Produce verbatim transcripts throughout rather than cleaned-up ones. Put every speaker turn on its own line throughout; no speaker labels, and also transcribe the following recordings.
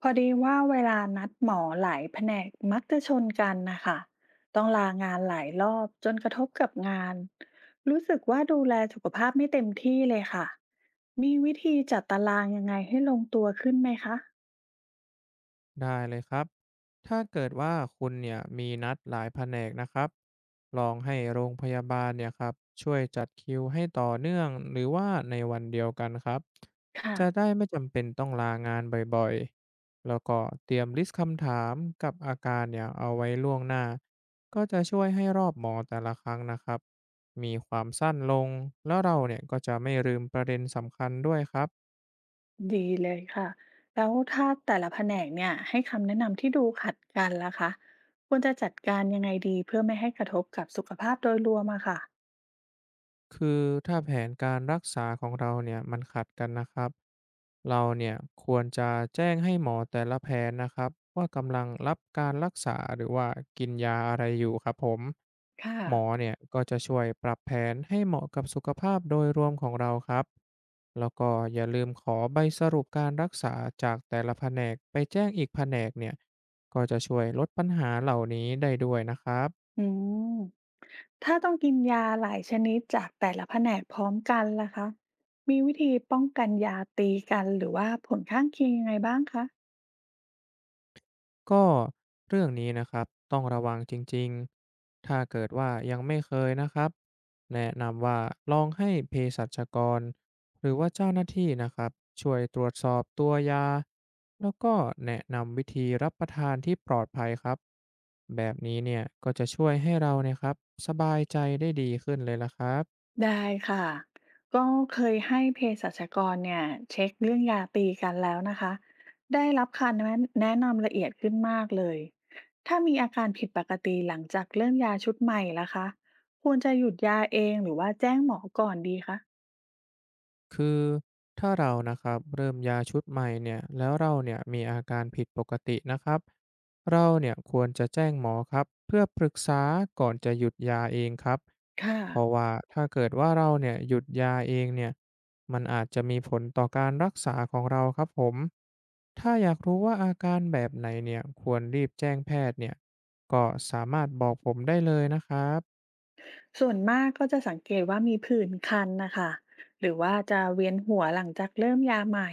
พอดีว่าเวลานัดหมอหลายแผนกมักจะชนกันนะคะต้องลางานหลายรอบจนกระทบกับงานรู้สึกว่าดูแลสุขภาพไม่เต็มที่เลยค่ะมีวิธีจัดตารางยังไงให้ลงตัวขึ้นไหมคะ
ได้เลยครับถ้าเกิดว่าคุณเนี่ยมีนัดหลายแผนกนะครับ ลองให้โรงพยาบาลเนี่ยครับช่วยจัดคิวให้ต่อเนื่องหรือว่าในวันเดียวกันครับ
ค่ะ
จะได้ไม่จำเป็นต้องลางานบ่อยๆ แล้วก็เตรียมลิสต์คำถามกับอาการเนี่ยเอาไว้ล่วงหน้า ก็จะช่วยให้รอบหมอแต่ละครั้งนะครับมีความสั้นลง แล้วเราเนี่ยก็จะไม่ลืมประเด็นสำคัญด้วยครับ
ดีเลยค่ะแล้วถ้าแต่ละแผนกเนี่ยให้คำแนะนำที่ดูขัดกันล่ะคะควรจะจัดการยังไงดีเพื่อไม่ให้กระทบกับสุขภาพโดยรวมอะค่ะ
คือถ้าแผนการรักษาของเราเนี่ยมันขัดกันนะครับเราเนี่ยควรจะแจ้งให้หมอแต่ละแผนนะครับว่ากำลังรับการรักษาหรือว่ากินยาอะไรอยู่ครับผม
ค่ะ
หมอเนี่ยก็จะช่วยปรับแผนให้เหมาะกับสุขภาพโดยรวมของเราครับแล้วก็อย่าลืมขอใบสรุปการรักษาจากแต่ละแผนกไปแจ้งอีกแผนกเนี่ยก็จะช่วยลดปัญหาเหล่านี้ได้ด้วยนะครับ
อืม ถ้าต้องกินยาหลายชนิดจากแต่ละแผนกพร้อมกันล่ะคะมีวิธีป้องกันยาตีกันหรือว่าผลข้างเคียงยังไงบ้างคะ
ก็เรื่องนี้นะครับต้องระวังจริงๆ ถ้าเกิดว่ายังไม่เคยนะครับแนะนำว่าลองให้เภสัชกรหรือว่าเจ้าหน้าที่นะครับช่วยตรวจสอบตัวยาแล้วก็แนะนำวิธีรับประทานที่ปลอดภัยครับแบบนี้เนี่ยก็จะช่วยให้เราเนี่ยครับสบายใจได้ดีขึ้นเลยละครับ
ได้ค่ะ ก็เคยให้เภสัชกรเนี่ยเช็คเรื่องยาตีกันแล้วนะคะได้รับคำแนะแนะนำละเอียดขึ้นมากเลย ถ้ามีอาการผิดปกติหลังจากเริ่มยาชุดใหม่ล่ะคะควรจะหยุดยาเองหรือว่าแจ้งหมอก่อนดีคะ
คือถ้าเรานะครับเริ่มยาชุดใหม่เนี่ยแล้วเราเนี่ยมีอาการผิดปกตินะครับเราเนี่ยควรจะแจ้งหมอครับเพื่อปรึกษาก่อนจะหยุดยาเองครับ
ค่ะ
เพราะว่าถ้าเกิดว่าเราเนี่ยหยุดยาเองเนี่ยมันอาจจะมีผลต่อการรักษาของเราครับผมถ้าอยากรู้ว่าอาการแบบไหนเนี่ยควรรีบแจ้งแพทย์เนี่ยก็สามารถบอกผมได้เลยนะครับ
ส่วนมากก็จะสังเกตว่ามีผื่นคันนะคะหรือว่าจะเวียนหัวหลังจากเริ่มยาใหม่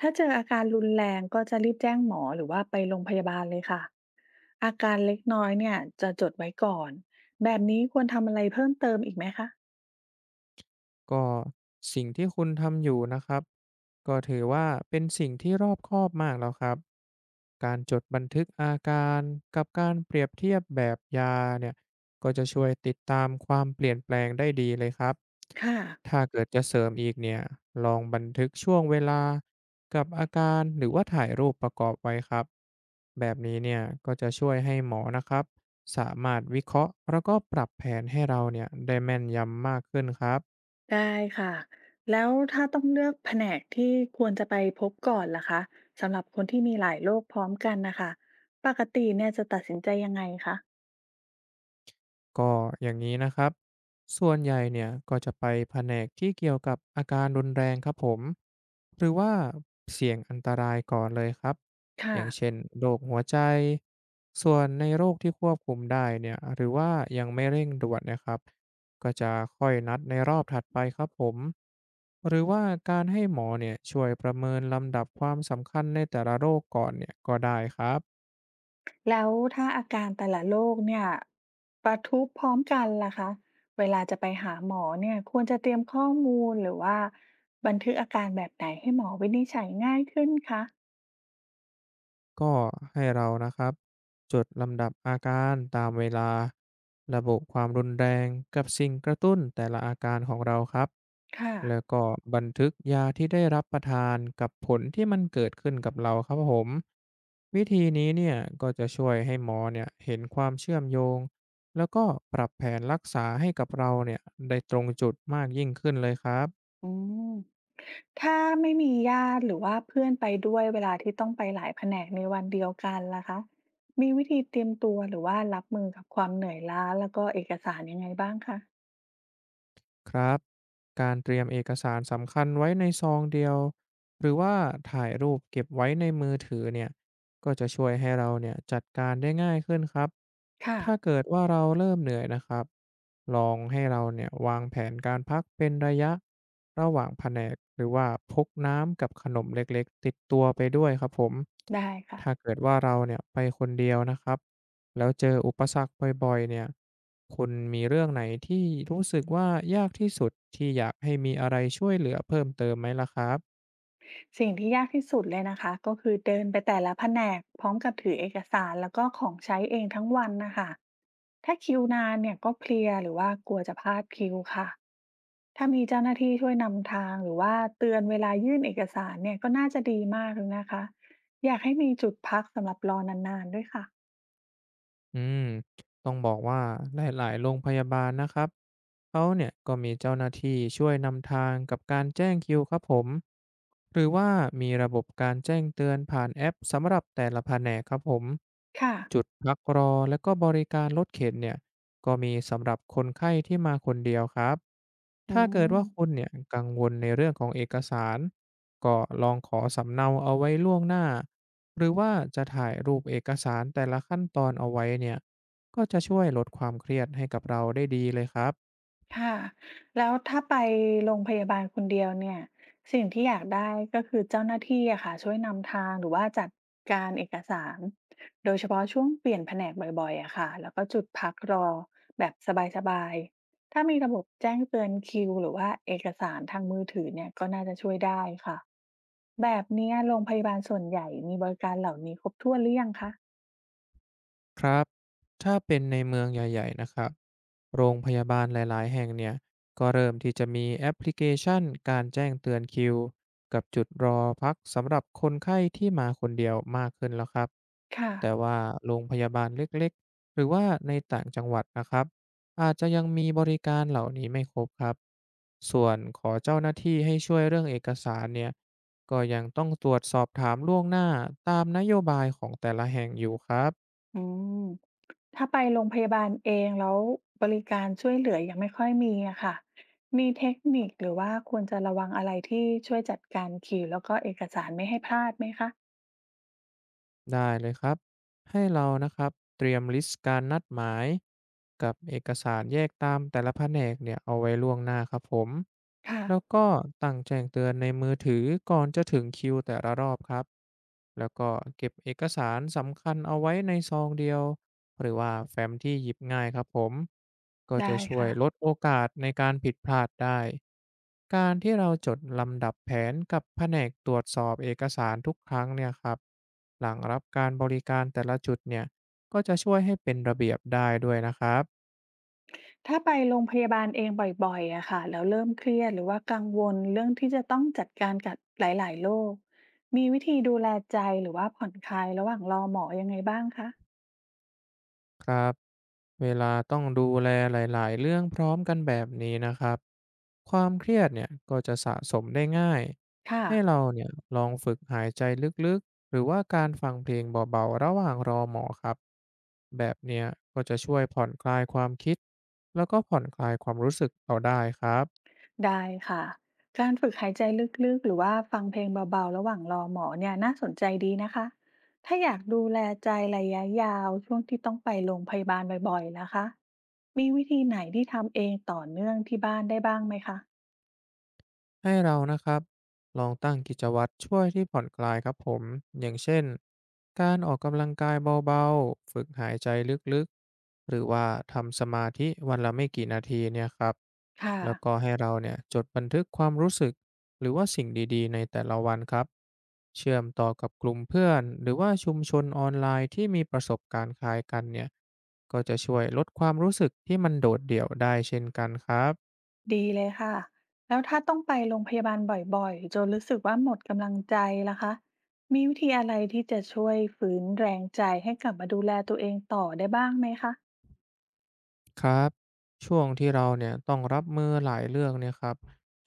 ถ้าเจออาการรุนแรงก็จะรีบแจ้งหมอหรือว่าไปโรงพยาบาลเลยค่ะอาการเล็กน้อยเนี่ยจะจดไว้ก่อนแบบนี้ควรทำอะไรเพิ่มเติมอีกไหมคะ
ก็สิ่งที่คุณทำอยู่นะครับก็ถือว่าเป็นสิ่งที่รอบคอบมากแล้วครับการจดบันทึกอาการกับการเปรียบเทียบแบบยาเนี่ยก็จะช่วยติดตามความเปลี่ยนแปลงได้ดีเลยครับ
ค่ะ
ถ้าเกิดจะเสริมอีกเนี่ยลองบันทึกช่วงเวลากับอาการหรือว่าถ่ายรูปประกอบไว้ครับแบบนี้เนี่ยก็จะช่วยให้หมอนะครับสามารถวิเคราะห์แล้วก็ปรับแผนให้เราเนี่ยได้แม่นยำมากขึ้นครับ
ได้ค่ะแล้วถ้าต้องเลือกแผนกที่ควรจะไปพบก่อนล่ะคะสำหรับคนที่มีหลายโรคพร้อมกันนะคะปกติเนี่ยจะตัดสินใจยังไงคะ
ก็อย่างนี้นะครับส่วนใหญ่เนี่ยก็จะไปแผนกที่เกี่ยวกับอาการรุนแรงครับผม หรือว่าเสี่ยงอันตรายก่อนเลยครับ อ
ค่ะ
ย่างเช่นโรคหัวใจ ส่วนในโรคที่ควบคุมได้เนี่ยหรือว่ายังไม่เร่งด่วนนะครับก็จะค่อยนัดในรอบถัดไปครับผม หรือว่าการให้หมอเนี่ยช่วยประเมินลำดับความสำคัญในแต่ละโรคก่อนเนี่ยก็ได้ครับ
แล้วถ้าอาการแต่ละโรคเนี่ยประทุพร้อมกันล่ะคะเวลาจะไปหาหมอเนี่ยควรจะเตรียมข้อมูลหรือว่าบันทึกอาการแบบไหนให้หมอวินิจฉัยง่ายขึ้นคะ
ก็ให้เรานะครับจดลำดับอาการตามเวลาระบุความรุนแรงกับสิ่งกระตุ้นแต่ละอาการของเราครับ
ค่ะ
แล้วก็บันทึกยาที่ได้รับประทานกับผลที่มันเกิดขึ้นกับเราครับผมวิธีนี้เนี่ยก็จะช่วยให้หมอเนี่ยเห็นความเชื่อมโยงแล้วก็ปรับแผนรักษาให้กับเราเนี่ยได้ตรงจุดมากยิ่งขึ้นเลยครับ
อืมถ้าไม่มีญาติหรือว่าเพื่อนไปด้วยเวลาที่ต้องไปหลายแผนกในวันเดียวกันล่ะคะมีวิธีเตรียมตัวหรือว่ารับมือกับความเหนื่อยล้าแล้วก็เอกสารยังไงบ้างคะ
ครับการเตรียมเอกสารสำคัญไว้ในซองเดียวหรือว่าถ่ายรูปเก็บไว้ในมือถือเนี่ยก็จะช่วยให้เราเนี่ยจัดการได้ง่ายขึ้นครับ
ค่ะ
ถ้าเกิดว่าเราเริ่มเหนื่อยนะครับลองให้เราเนี่ยวางแผนการพักเป็นระยะระหว่างแผนกหรือว่าพกน้ำกับขนมเล็กๆติดตัวไปด้วยครับผม
ได้ค่ะ
ถ้าเกิดว่าเราเนี่ยไปคนเดียวนะครับ แล้วเจออุปสรรคบ่อยๆเนี่ยคุณมีเรื่องไหนที่รู้สึกว่ายากที่สุดที่อยากให้มีอะไรช่วยเหลือเพิ่มเติมไหมล่ะครับ
สิ่งที่ยากที่สุดเลยนะคะก็คือเดินไปแต่ละแผนกพร้อมกับถือเอกสารแล้วก็ของใช้เองทั้งวันนะคะถ้าคิวนานเนี่ยก็เพลียหรือว่ากลัวจะพลาดคิวค่ะถ้ามีเจ้าหน้าที่ช่วยนำทางหรือว่าเตือนเวลายื่นเอกสารเนี่ยก็น่าจะดีมากเลยนะคะอยากให้มีจุดพักสำหรับรอนานๆด้วยค่ะ
อืม ต้องบอกว่าหลายๆโรงพยาบาลนะครับเขาเนี่ยก็มีเจ้าหน้าที่ช่วยนำทางกับการแจ้งคิวครับผมหรือว่ามีระบบการแจ้งเตือนผ่านแอปสำหรับแต่ละแผนกครับผม
ค่ะ
จุดพักรอและก็บริการรถเข็นเนี่ยก็มีสำหรับคนไข้ที่มาคนเดียวครับ
อื
ถ้าเกิด
ม
ว่าคุณเนี่ยกังวลในเรื่องของเอกสารก็ลองขอสำเนาเอาไว้ล่วงหน้าหรือว่าจะถ่ายรูปเอกสารแต่ละขั้นตอนเอาไว้เนี่ย ก็จะช่วยลดความเครียดให้กับเราได้ดีเลยครับ
ค่ะแล้วถ้าไปโรงพยาบาลคนเดียวเนี่ยสิ่งที่อยากได้ก็คือเจ้าหน้าที่อะค่ะช่วยนำทางหรือว่าจัดการเอกสารโดยเฉพาะช่วงเปลี่ยนแผนกบ่อยๆอะค่ะแล้วก็จุดพักรอแบบสบายๆถ้ามีระบบแจ้งเตือนคิวหรือว่าเอกสารทางมือถือเนี่ยก็น่าจะช่วยได้ค่ะแบบเนี้ยโรงพยาบาลส่วนใหญ่มีบริการเหล่านี้ครบถ้วนหรือยังคะ
ครับ ถ้าเป็นในเมืองใหญ่ๆ นะครับ โรงพยาบาลหลายๆ แห่งเนี่ย ก็เริ่มที่จะมีแอปพลิเคชันการแจ้งเตือนคิวกับจุดรอพักสำหรับคนไข้ที่มาคนเดียวมากขึ้นแล้วครับ
ค่ะ
แต่ว่าโรงพยาบาลเล็กๆ หรือว่าในต่างจังหวัดนะครับ อาจจะยังมีบริการเหล่านี้ไม่ครบครับ ส่วนขอเจ้าหน้าที่ให้ช่วยเรื่องเอกสารเนี่ยก็ยังต้องตรวจสอบถามล่วงหน้าตามนโยบายของแต่ละแห่งอยู่ครับ
อืม ถ้าไปโรงพยาบาลเองแล้วบริการช่วยเหลือยังไม่ค่อยมีอะค่ะมีเทคนิคหรือว่าควรจะระวังอะไรที่ช่วยจัดการคิวแล้วก็เอกสารไม่ให้พลาดไหมคะ
ได้เลยครับให้เรานะครับเตรียมลิสต์การนัดหมายกับเอกสารแยกตามแต่ละแผนกเนี่ยเอาไว้ล่วงหน้าครับผม
ค่ะ
แล้วก็ตั้งแจ้งเตือนในมือถือก่อนจะถึงคิวแต่ละรอบครับแล้วก็เก็บเอกสารสำคัญเอาไว้ในซองเดียวหรือว่าแฟ้มที่หยิบง่ายครับผมก็จะ
ได้
ช่วย
ค่ะ
ลดโอกาสในการผิดพลาดได้ การที่เราจดลำดับแผนกับแผนกตรวจสอบเอกสารทุกครั้งเนี่ยครับหลังรับการบริการแต่ละจุดเนี่ยก็จะช่วยให้เป็นระเบียบได้ด้วยนะครับ
ถ้าไปโรงพยาบาลเองบ่อยๆอะค่ะแล้วเริ่มเครียดหรือว่ากังวลเรื่องที่จะต้องจัดการกับหลายๆโรคมีวิธีดูแลใจหรือว่าผ่อนคลายระหว่างรอหมอยังไงบ้างคะ
ครับเวลาต้องดูแลหลายๆเรื่องพร้อมกันแบบนี้นะครับความเครียดเนี่ยก็จะสะสมได้ง่าย
ค่ะ
ให้เราเนี่ยลองฝึกหายใจลึกๆหรือว่าการฟังเพลงเบาๆระหว่างรอหมอครับแบบเนี้ยก็จะช่วยผ่อนคลายความคิดแล้วก็ผ่อนคลายความรู้สึกเราได้ครับ
ได้ค่ะการฝึกหายใจลึกๆหรือว่าฟังเพลงเบาๆระหว่างรอหมอเนี่ยน่าสนใจดีนะคะถ้าอยากดูแลใจระยะยาวช่วงที่ต้องไปโรงพยาบาลบ่อยๆนะคะมีวิธีไหนที่ทำเองต่อเนื่องที่บ้านได้บ้างไหมคะ
ให้เรานะครับลองตั้งกิจวัตรช่วยที่ผ่อนคลายครับผมอย่างเช่นการออกกำลังกายเบาๆฝึกหายใจลึกๆหรือว่าทำสมาธิวันละไม่กี่นาทีเนี่ยครับ
ค่ะ
แล้วก็ให้เราเนี่ยจดบันทึกความรู้สึกหรือว่าสิ่งดีๆในแต่ละวันครับเชื่อมต่อกับกลุ่มเพื่อนหรือว่าชุมชนออนไลน์ที่มีประสบการณ์คล้ายกันเนี่ยก็จะช่วยลดความรู้สึกที่มันโดดเดี่ยวได้เช่นกันครับ
ดีเลยค่ะแล้วถ้าต้องไปโรงพยาบาลบ่อยๆจนรู้สึกว่าหมดกำลังใจล่ะคะมีวิธีอะไรที่จะช่วยฝืนแรงใจให้กลับมาดูแลตัวเองต่อได้บ้างไหมคะ
ครับช่วงที่เราเนี่ยต้องรับมือหลายเรื่องเนี่ยครับ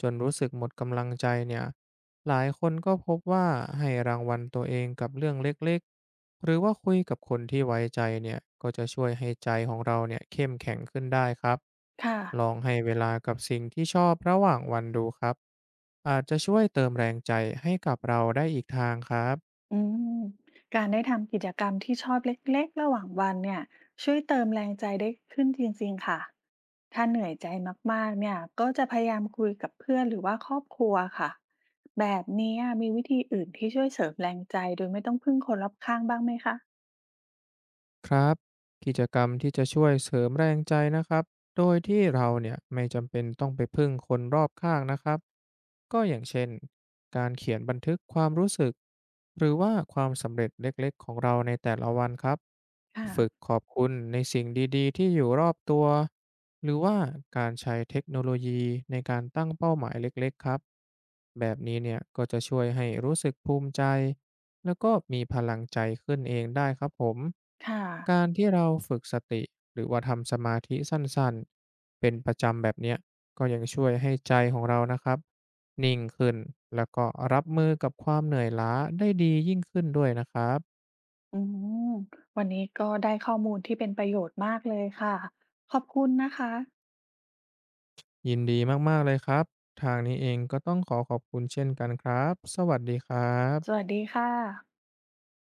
จนรู้สึกหมดกำลังใจเนี่ยหลายคนก็พบว่าให้รางวัลตัวเองกับเรื่องเล็กๆหรือว่าคุยกับคนที่ไว้ใจเนี่ยก็จะช่วยให้ใจของเราเนี่ยเข้มแข็งขึ้นได้ครับ
ค่ะ
ลองให้เวลากับสิ่งที่ชอบระหว่างวันดูครับอาจจะช่วยเติมแรงใจให้กับเราได้อีกทางครับ
อืมการได้ทำกิจกรรมที่ชอบเล็กๆระหว่างวันเนี่ยช่วยเติมแรงใจได้ขึ้นจริงๆค่ะถ้าเหนื่อยใจมากๆเนี่ยก็จะพยายามคุยกับเพื่อนหรือว่าครอบครัวค่ะแบบนี้มีวิธีอื่นที่ช่วยเสริมแรงใจโดยไม่ต้องพึ่งคนรอบข้างบ้างไหมคะ
ครับกิจกรรมที่จะช่วยเสริมแรงใจนะครับโดยที่เราเนี่ยไม่จำเป็นต้องไปพึ่งคนรอบข้างนะครับก็อย่างเช่นการเขียนบันทึกความรู้สึกหรือว่าความสำเร็จเล็กๆของเราในแต่ละวันครับฝึก
ค่ะ
ขอบคุณในสิ่งดีๆที่อยู่รอบตัวหรือว่าการใช้เทคโนโลยีในการตั้งเป้าหมายเล็กๆครับแบบนี้เนี่ยก็จะช่วยให้รู้สึกภูมิใจ แล้วก็มีพลังใจขึ้นเองได้ครับผม
ค่ะ
การที่เราฝึกสติหรือว่าทำสมาธิสั้นๆเป็นประจำแบบเนี้ยก็ยังช่วยให้ใจของเรานะครับนิ่งขึ้นแล้วก็รับมือกับความเหนื่อยล้าได้ดียิ่งขึ้นด้วยนะครับ
อืมวันนี้ก็ได้ข้อมูลที่เป็นประโยชน์มากเลยค่ะขอบคุณนะคะ
ยินดีมากๆเลยครับทางนี้เองก็ต้องขอขอบคุณเช่นกันครับสวัสดีครั
ส
บ
วัสดีค่ะ